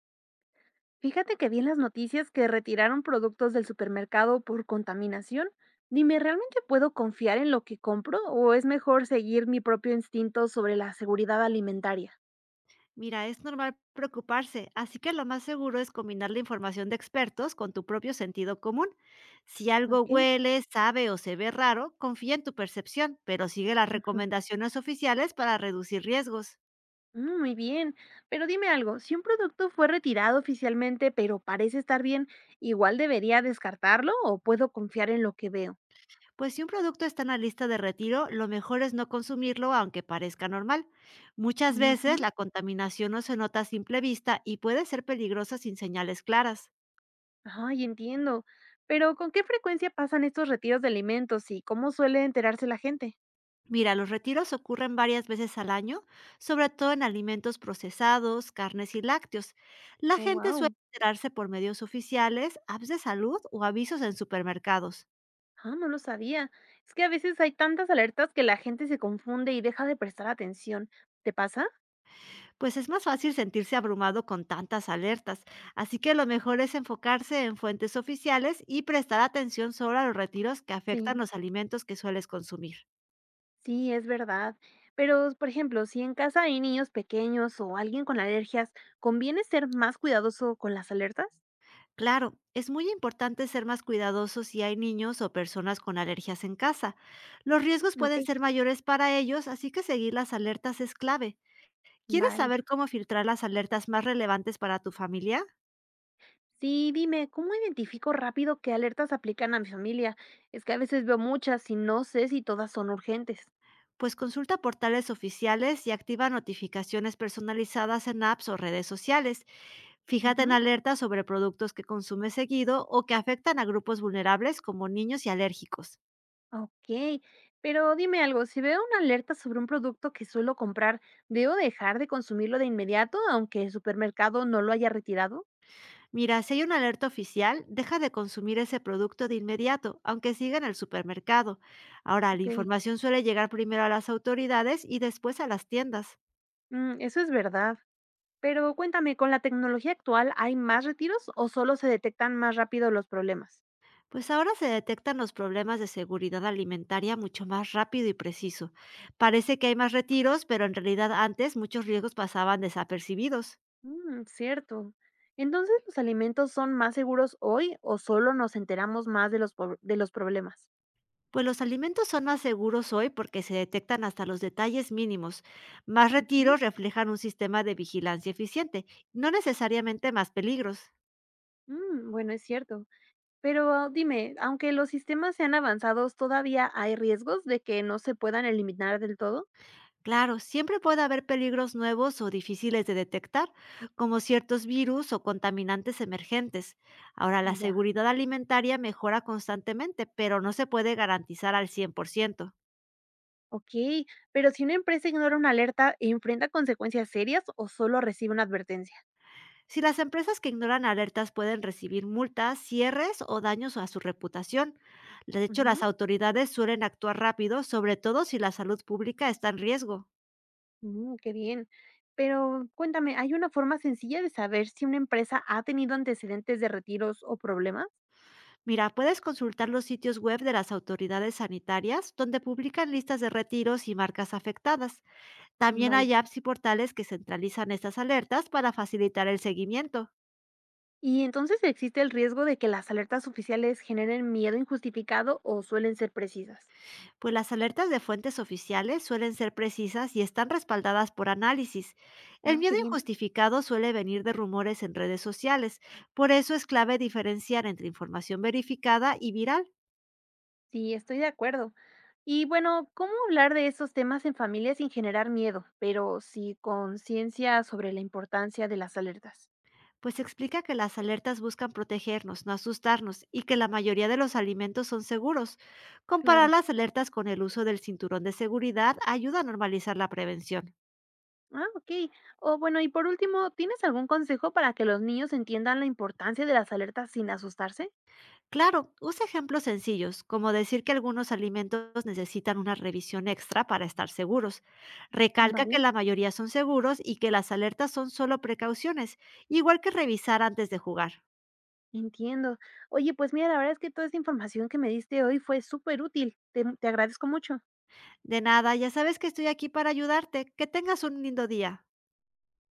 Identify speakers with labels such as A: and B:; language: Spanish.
A: Fíjate que vi en las noticias que retiraron productos del supermercado por contaminación. Dime, ¿realmente puedo confiar en lo que compro o es mejor seguir mi propio instinto sobre la seguridad alimentaria?
B: Mira, es normal preocuparse, así que lo más seguro es combinar la información de expertos con tu propio sentido común. Si algo
A: Ok.
B: huele, sabe o se ve raro, confía en tu percepción, pero sigue las
A: Ujú.
B: recomendaciones oficiales para reducir riesgos.
A: Muy bien, pero dime algo, si un producto fue retirado oficialmente pero parece estar bien, ¿igual debería descartarlo o puedo confiar en lo que veo?
B: Pues si un producto está en la lista de retiro, lo mejor es no consumirlo aunque parezca normal. Muchas veces
A: Ujú.
B: la contaminación no se nota a simple vista y puede ser peligrosa sin señales claras.
A: Ay, entiendo. Pero ¿con qué frecuencia pasan estos retiros de alimentos y cómo suele enterarse la gente?
B: Mira, los retiros ocurren varias veces al año, sobre todo en alimentos procesados, carnes y lácteos. La
A: Oh,
B: gente suele
A: wow.
B: enterarse por medios oficiales, apps de salud o avisos en supermercados.
A: Ah, no lo sabía. Es que a veces hay tantas alertas que la gente se confunde y deja de prestar atención. ¿Te pasa?
B: Pues es más fácil sentirse abrumado con tantas alertas, así que lo mejor es enfocarse en fuentes oficiales y prestar atención solo a los retiros que
A: Sí,
B: afectan los alimentos que sueles consumir.
A: sí, es verdad. Pero, por ejemplo, si en casa hay niños pequeños o alguien con alergias, ¿conviene ser más cuidadoso con las alertas?
B: Claro, es muy importante ser más cuidadosos si hay niños o personas con alergias en casa. Los riesgos
A: Ok,
B: pueden ser mayores para ellos, así que seguir las alertas es clave. ¿Quieres
A: vale.
B: saber cómo filtrar las alertas más relevantes para tu familia?
A: Sí, dime, ¿cómo identifico rápido qué alertas aplican a mi familia? Es que a veces veo muchas y no sé si todas son urgentes.
B: Pues consulta portales oficiales y activa notificaciones personalizadas en apps o redes sociales. Fíjate en
A: Ujú.
B: alertas sobre productos que consumes seguido o que afectan a grupos vulnerables como niños y alérgicos.
A: Ok, pero dime algo, si veo una alerta sobre un producto que suelo comprar, ¿debo dejar de consumirlo de inmediato, aunque el supermercado no lo haya retirado?
B: Mira, si hay una alerta oficial, deja de consumir ese producto de inmediato, aunque siga en el supermercado. Ahora, la
A: Ok.
B: información suele llegar primero a las autoridades y después a las tiendas.
A: Eso es verdad. Pero cuéntame, ¿con la tecnología actual hay más retiros o solo se detectan más rápido los problemas?
B: Pues ahora se detectan los problemas de seguridad alimentaria mucho más rápido y preciso. Parece que hay más retiros, pero en realidad antes muchos riesgos pasaban desapercibidos.
A: Cierto. Entonces, ¿los alimentos son más seguros hoy o solo nos enteramos más de de los problemas?
B: Pues los alimentos son más seguros hoy porque se detectan hasta los detalles mínimos. Más
A: Ujú.
B: retiros reflejan un sistema de vigilancia eficiente, no necesariamente más peligros.
A: Bueno, es cierto. Pero dime, aunque los sistemas sean avanzados, ¿todavía hay riesgos de que no se puedan eliminar del todo?
B: Claro, siempre puede haber peligros nuevos o difíciles de detectar, como ciertos virus o contaminantes emergentes. Ahora, la
A: Ya.
B: seguridad alimentaria mejora constantemente, pero no se puede garantizar al 100%.
A: Ok, pero si una empresa ignora una alerta, ¿enfrenta consecuencias serias o solo recibe una advertencia?
B: Si las empresas que ignoran alertas pueden recibir multas, cierres o daños a su reputación. De hecho, las
A: Ujú,
B: autoridades suelen actuar rápido, sobre todo si la salud pública está en riesgo.
A: qué bien. Pero cuéntame, ¿hay una forma sencilla de saber si una empresa ha tenido antecedentes de retiros o problemas?
B: Mira, puedes consultar los sitios web de las autoridades sanitarias, donde publican listas de retiros y marcas afectadas. También
A: Vale.
B: hay apps y portales que centralizan estas alertas para facilitar el seguimiento,
A: Y entonces existe el riesgo de que las alertas oficiales generen miedo injustificado o suelen ser precisas.
B: pues las alertas de fuentes oficiales suelen ser precisas y están respaldadas por análisis. El
A: Ah, qué
B: miedo
A: bien.
B: injustificado suele venir de rumores en redes sociales, por eso es clave diferenciar entre información verificada y viral,
A: Sí, estoy de acuerdo. Y bueno, ¿cómo hablar de esos temas en familia sin generar miedo, pero sí conciencia sobre la importancia de las alertas?
B: pues explica que las alertas buscan protegernos, no asustarnos, y que la mayoría de los alimentos son seguros. Comparar
A: Claro.
B: las alertas con el uso del cinturón de seguridad ayuda a normalizar la prevención.
A: Ah, ok. O bueno, y por último, ¿tienes algún consejo para que los niños entiendan la importancia de las alertas sin asustarse?
B: Claro, usa ejemplos sencillos, como decir que algunos alimentos necesitan una revisión extra para estar seguros. Recalca que
A: Vale.
B: la mayoría son seguros y que las alertas son solo precauciones, igual que revisar antes de jugar.
A: Entiendo. Oye, pues mira, la verdad es que toda esta información que me diste hoy fue súper útil. Te agradezco mucho.
B: De nada, ya sabes que estoy aquí para ayudarte. Que tengas un lindo día.